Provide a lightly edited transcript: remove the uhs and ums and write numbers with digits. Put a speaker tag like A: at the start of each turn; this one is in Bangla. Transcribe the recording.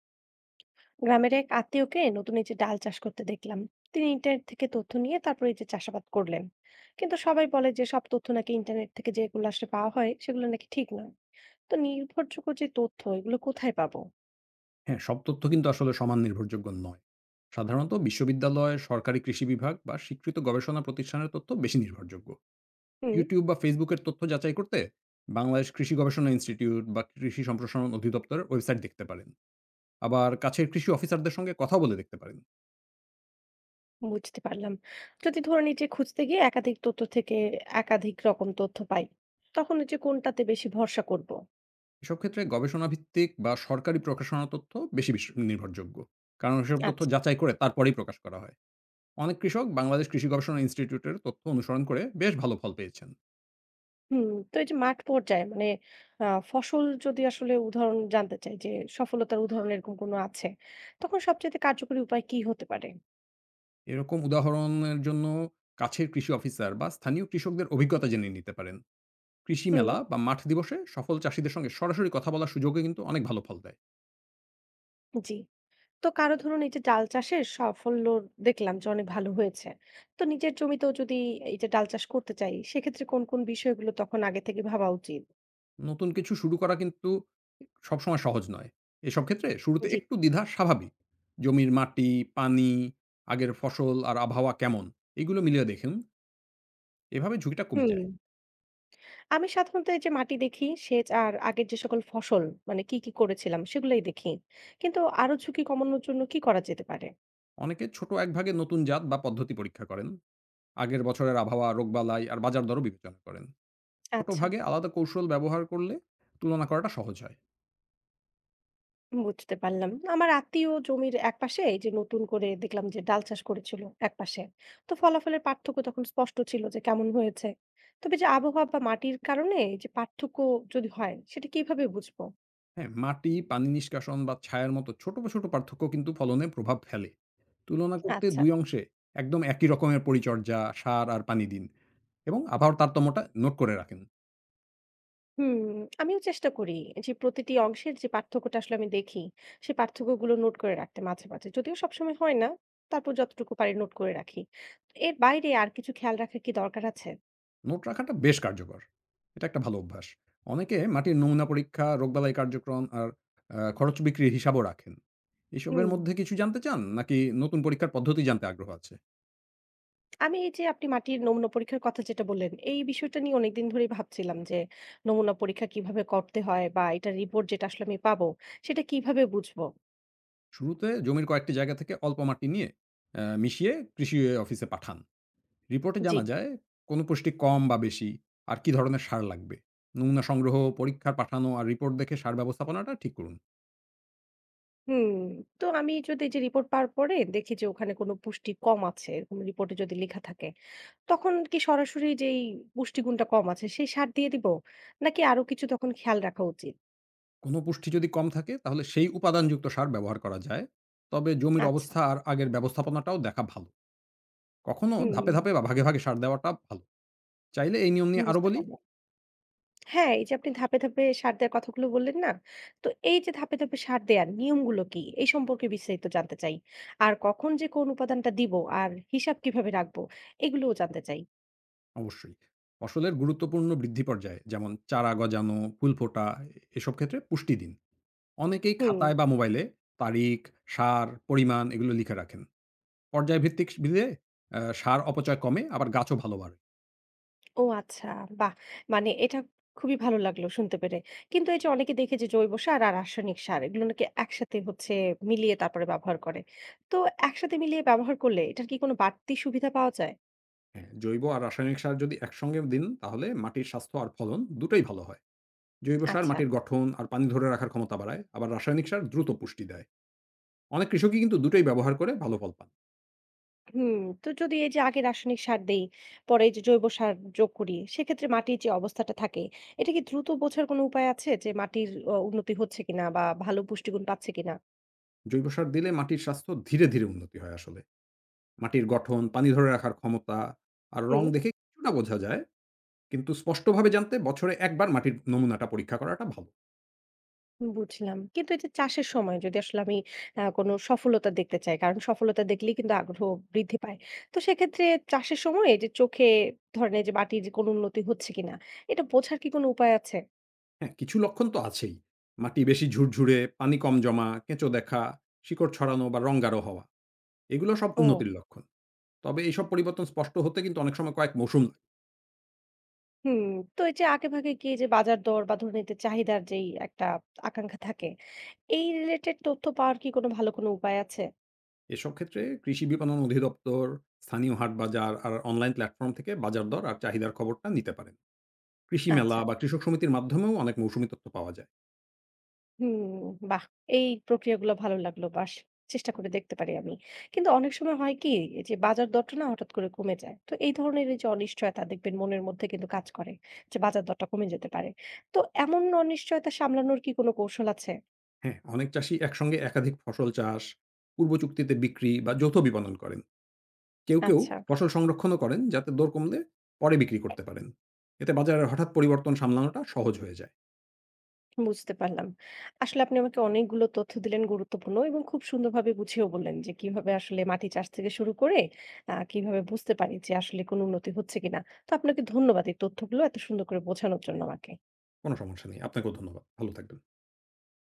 A: গ্রামের এক আত্মীয়কে নতুন এই যে ডাল চাষ করতে দেখলাম। তিনি ইন্টারনেট থেকে তথ্য নিয়ে তারপর এই যে চাষাবাদ করলেন। কিন্তু সবাই বলে যে সব তথ্য নাকি ইন্টারনেট থেকে যেগুলো আসলে পাওয়া হয় সেগুলো নাকি ঠিক নয়। তো নির্ভরযোগ্য যে তথ্য এগুলো কোথায় পাবো?
B: হ্যাঁ, সব তথ্য কিন্তু আসলে সমান নির্ভরযোগ্য নয়। সাধারণত বিশ্ববিদ্যালয়, সরকারি কৃষি বিভাগ বা স্বীকৃত গবেষণা প্রতিষ্ঠানের তথ্য বেশি নির্ভরযোগ্য।
A: হুম।
B: YouTube বা Facebook এর তথ্য যাচাই করতে বাংলাদেশ কৃষি গবেষণা ইনস্টিটিউট বা কৃষি সম্প্রসারণ অধিদপ্তরের ওয়েবসাইট দেখতে পারেন। আবার কাছের কৃষি অফিসারদের সঙ্গে কথা বলে দেখতে পারেন।
A: বুঝতে পারলাম। যদি ধরুন এই যে খুঁজতে গিয়ে একাধিক তথ্য থেকে একাধিক রকম তথ্য পাই, তখন এই যে কোনটাতে বেশি ভরসা করব?
B: এসব ক্ষেত্রে গবেষণা ভিত্তিক বা সরকারি প্রকাশনা তথ্য বেশি নির্ভরযোগ্য। কারণ এসব তথ্য
A: আচ্ছা।
B: যাচাই করে তারপরেই প্রকাশ করা হয়। অনেক কৃষক বাংলাদেশ কৃষি গবেষণা ইনস্টিটিউটের তথ্য অনুসরণ করে বেশ ভালো ফল পেয়েছেন।
A: হুম, তো এই যে মাঠ পর্যায়ে মানে আ ফসল যদি আসলে উদাহরণ জানতে চাই যে সফলতার উদাহরণ এরকম কোনো আছে, তখন সবচাইতে কার্যকরী উপায় কি হতে পারে?
B: এরকম উদাহরণের জন্য কাছের কৃষি অফিসার বা স্থানীয় কৃষকদের অভিজ্ঞতা জেনে নিতে পারেন। কৃষি
A: হুম।
B: মেলা বা মাঠ দিবসে সফল চাষীদের সঙ্গে সরাসরি কথা বলার সুযোগে কিন্তু অনেক ভালো ফল দেয়।
A: জি। তো কারো ধরুন এই যে ডাল চাষের সাফল্য দেখলাম যে অনেক ভালো হয়েছে। তো নিজের জমিতেও যদি এই যে ডাল চাষ করতে চাই, সেক্ষেত্রে কোন, কোন বিষয়গুলো তখন আগে থেকে ভাবা উচিত?
B: নতুন কিছু শুরু করা কিন্তু সবসময় সহজ নয়। এসব ক্ষেত্রে শুরুতে
A: জি।
B: একটু দ্বিধা স্বাভাবিক। জমির মাটি, পানি, আগের ফসল আর আবহাওয়া কেমন এগুলো মিলিয়ে দেখুন। এভাবে ঝুঁকিটা কমে
A: হুম।
B: যায়।
A: আমি সাধারণত এই যে মাটি দেখি, সেচ আর আগের যে সকল ফসল মানে কি, কি করেছিলাম সেগুলাই দেখি। কিন্তু আরো ঝুঁকি কমানোর জন্য কি করা যেতে পারে?
B: অনেকে ছোট এক ভাগে নতুন জাত বা পদ্ধতি পরীক্ষা করেন। আগের বছরের আবহাওয়া, রোগবালাই আর বাজার দরও বিবেচনা করেন। ছোট
A: আচ্ছা।
B: ভাগে আলাদা কৌশল ব্যবহার করলে তুলনা করাটা সহজ হয়।
A: বুঝতে পারলাম। আমার আত্মীয় জমির একপাশে এই যে নতুন করে দেখলাম যে ডাল চাষ করেছিল একপাশে। তো ফলাফলের পার্থক্য তখন স্পষ্ট ছিল যে কেমন হয়েছে। তবে যে আবহাওয়া বা মাটির কারণে যে পার্থক্য যদি হয় সেটা কিভাবে বুঝবো?
B: হ্যাঁ? মাটি, পানি নিষ্কাশন বা ছায়ার মতো ছোট, ছোট পার্থক্য কিন্তু ফলনে প্রভাব ফেলে। তুলনা করতে
A: আচ্ছা।
B: ২ অংশে একদম একই রকমের পরিচর্যা, সার আর পানি দিন এবং আবহাওয়ার তারতম্যটা নোট করে রাখেন।
A: হুম, আমিও চেষ্টা করি যে প্রতিটি অংশের যে পার্থক্যটা আসলে আমি দেখি সেই পার্থক্যগুলো নোট করে রাখতে মাঝে মাঝে। যদিও সবসময় হয় না, তারপর যতটুকু পারি নোট করে রাখি। এর বাইরে আর কিছু খেয়াল রাখা কি দরকার আছে?
B: নোট রাখাটা বেশ কার্যকর। এটা একটা ভালো অভ্যাস। অনেকে মাটির নমুনা পরীক্ষা, রোগবালাই কার্যক্রম আর খরচ বিক্রির হিসাবও রাখেন। এসবের
A: হুম।
B: মধ্যে কিছু জানতে চান নাকি নতুন পরীক্ষার পদ্ধতি জানতে আগ্রহ আছে?
A: আমি এই যে আপনি মাটির নমুনা পরীক্ষার কথা যেটা বললেন, এই বিষয়টা নিয়ে অনেকদিন ধরেই ভাবছিলাম যে নমুনা পরীক্ষা কিভাবে করতে হয় বা এটার রিপোর্ট যেটা আসলে আমি পাবো, সেটা কিভাবে বুঝবো?
B: শুরুতে জমির কয়েকটি জায়গা থেকে অল্প মাটি নিয়ে মিশিয়ে কৃষি অফিসে পাঠান। রিপোর্টে
A: জি।
B: জানা যায় কোন পুষ্টি কম বা বেশি আর কি ধরনের সার লাগবে। নমুনা সংগ্রহ, পরীক্ষার পাঠানো আর রিপোর্ট দেখে সার ব্যবস্থাপনাটা ঠিক করুন।
A: হুম, তো আমি যদি এই যে রিপোর্ট পাওয়ার পরে দেখি যে ওখানে কোনো পুষ্টি কম আছে, এরকম রিপোর্টে যদি লেখা থাকে, তখন কি সরাসরি যেই পুষ্টিগুণটা কম আছে সেই সার দিয়ে দিব? নাকি আরো কিছু তখন খেয়াল রাখা উচিত?
B: কোনো পুষ্টি যদি কম থাকে তাহলে সেই উপাদানযুক্ত সার ব্যবহার করা যায়, তবে জমির
A: আচ্ছা।
B: অবস্থা আর আগের ব্যবস্থাপনাটাও দেখা ভালো। কখনো
A: হুম,
B: ধাপে ধাপে বা ভাগে ভাগে সার দেওয়াটা ভালো। চাইলে এই নিয়ম নিয়ে আরও
A: বুঝতে
B: বলি।
A: পারলাম। হ্যাঁ, এই যে আপনি ধাপে, ধাপে সার দেওয়ার কথাগুলো বললেন না? তো এই যে ধাপে, ধাপে সার দেওয়ার নিয়মগুলো কি? এই সম্পর্কে বিস্তারিত জানতে চাই। আর কখন যে কোন উপাদানটা দিব আর হিসাব কিভাবে রাখবো এগুলোও জানতে চাই।
B: অবশ্যই ফসলের গুরুত্বপূর্ণ বৃদ্ধি পর্যায়ে যেমন চারা গজানো, ফুল ফোটা এসব ক্ষেত্রে পুষ্টি দিন। অনেকেই
A: হুম।
B: খাতায় বা মোবাইলে তারিখ, সার, পরিমাণ এগুলো লিখে রাখেন। পর্যায়ভিত্তিক দিলে সার অপচয় কমে আবার গাছও ভালো বাড়ে।
A: ও আচ্ছা, বাহ! মানে এটা খুবই ভালো লাগলো শুনতে পেরে। কিন্তু এই যে অনেকে দেখে যে জৈব সার আর রাসায়নিক সার এগুলো নাকি একসাথে হচ্ছে মিলিয়ে তারপরে ব্যবহার করে। তো একসাথে মিলিয়ে ব্যবহার করলে এটার কি কোনো বাড়তি সুবিধা পাওয়া যায়?
B: হ্যাঁ, জৈব আর রাসায়নিক সার যদি একসঙ্গে দিন তাহলে মাটির স্বাস্থ্য আর ফলন দুটোই ভালো হয়। জৈব সার
A: আচ্ছা।
B: মাটির গঠন আর পানি ধরে রাখার ক্ষমতা বাড়ায়, আবার রাসায়নিক সার দ্রুত পুষ্টি দেয়। অনেক কৃষকই কিন্তু দুটোই ব্যবহার করে ভালো ফল পান।
A: হুম, তো যদি এই যে আগে রাসায়নিক সার দেই, পরে এই যে জৈব সার যোগ করি, সেক্ষেত্রে মাটির যে অবস্থাটা থাকে, এটা কি দ্রুত বোঝার কোনো উপায় আছে যে মাটির উন্নতি হচ্ছে কিনা বা ভালো পুষ্টিগুণ পাচ্ছে কিনা?
B: জৈব সার দিলে মাটির স্বাস্থ্য ধীরে, ধীরে উন্নতি হয় আসলে। মাটির গঠন, পানি ধরে রাখার ক্ষমতা আর রং
A: হুম,
B: দেখে কিছুটা বোঝা যায়। কিন্তু স্পষ্টভাবে জানতে বছরে একবার মাটির নমুনাটা পরীক্ষা করাটা ভালো।
A: বুঝলাম। কিন্তু এই যে চাষের সময় যদি আসলে আমি কোনো সফলতা দেখতে চাই, কারণ সফলতা দেখলেই কিন্তু আগ্রহ বৃদ্ধি পায়। তো সেক্ষেত্রে চাষের সময় এই যে চোখে ধরেন এই যে মাটির কোনো উন্নতি হচ্ছে কিনা, এটা বোঝার কি কোনো উপায় আছে?
B: হ্যাঁ, কিছু লক্ষণ তো আছেই। মাটি বেশি ঝুরঝুরে, পানি কম জমা, কেঁচো দেখা, শিকড় ছড়ানো বা রং গাঢ় হওয়া। এগুলো সব
A: ও।
B: উন্নতির লক্ষণ। তবে এইসব পরিবর্তন স্পষ্ট হতে কিন্তু অনেক সময় কয়েক মৌসুম লাগে।
A: হুম, তো এই যে আগেভাগে গিয়ে যে বাজার দর বা ধরে নিতে চাহিদার যেই একটা আকাঙ্ক্ষা থাকে, এই রিলেটেড তথ্য পাওয়ার কি কোনো ভালো কোনো উপায় আছে?
B: এসব ক্ষেত্রে কৃষি বিপণন অধিদপ্তর, স্থানীয় হাট বাজার আর অনলাইন প্ল্যাটফর্ম থেকে বাজার দর আর চাহিদার খবরটা নিতে পারেন। কৃষি মেলা
A: আচ্ছা,
B: বা কৃষক সমিতির মাধ্যমেও অনেক মৌসুমি তথ্য পাওয়া যায়।
A: হুম, বাহ! এই প্রক্রিয়াগুলো ভালো লাগলো। বাস চেষ্টা করে দেখতে পারি আমি। কিন্তু অনেক সময় হয় কি এই যে বাজার দরটা না হঠাৎ করে কমে যায়। তো এই ধরনের এই যে অনিশ্চয়তা দেখবেন মনের মধ্যে কিন্তু কাজ করে যে বাজার দরটা কমে যেতে পারে। তো এমন অনিশ্চয়তা সামলানোর কি কোনো কৌশল আছে?
B: হ্যাঁ, অনেক চাষি একসঙ্গে একাধিক ফসল চাষ, পূর্ব চুক্তিতে বিক্রি বা যৌথ বিপণন করেন। কেউ, কেউ
A: আচ্ছা।
B: ফসল সংরক্ষণও করেন যাতে দর কমলে পরে বিক্রি করতে পারেন। এতে বাজারের হঠাৎ পরিবর্তন সামলানোটা সহজ হয়ে যায়।
A: বুঝতে পারলাম। আসলে আপনি আমাকে অনেকগুলো তথ্য দিলেন গুরুত্বপূর্ণ এবং খুব সুন্দরভাবে গুছিয়েও বললেন যে কিভাবে আসলে মাটি চাষ থেকে শুরু করে কিভাবে বুঝতে পারি যে আসলে কোনো উন্নতি হচ্ছে কিনা। তো আপনাকে ধন্যবাদ এই তথ্যগুলো এত সুন্দর করে বোঝানোর জন্য আমাকে।
B: কোনো সমস্যা নেই। আপনাকেও ধন্যবাদ। ভালো থাকবেন।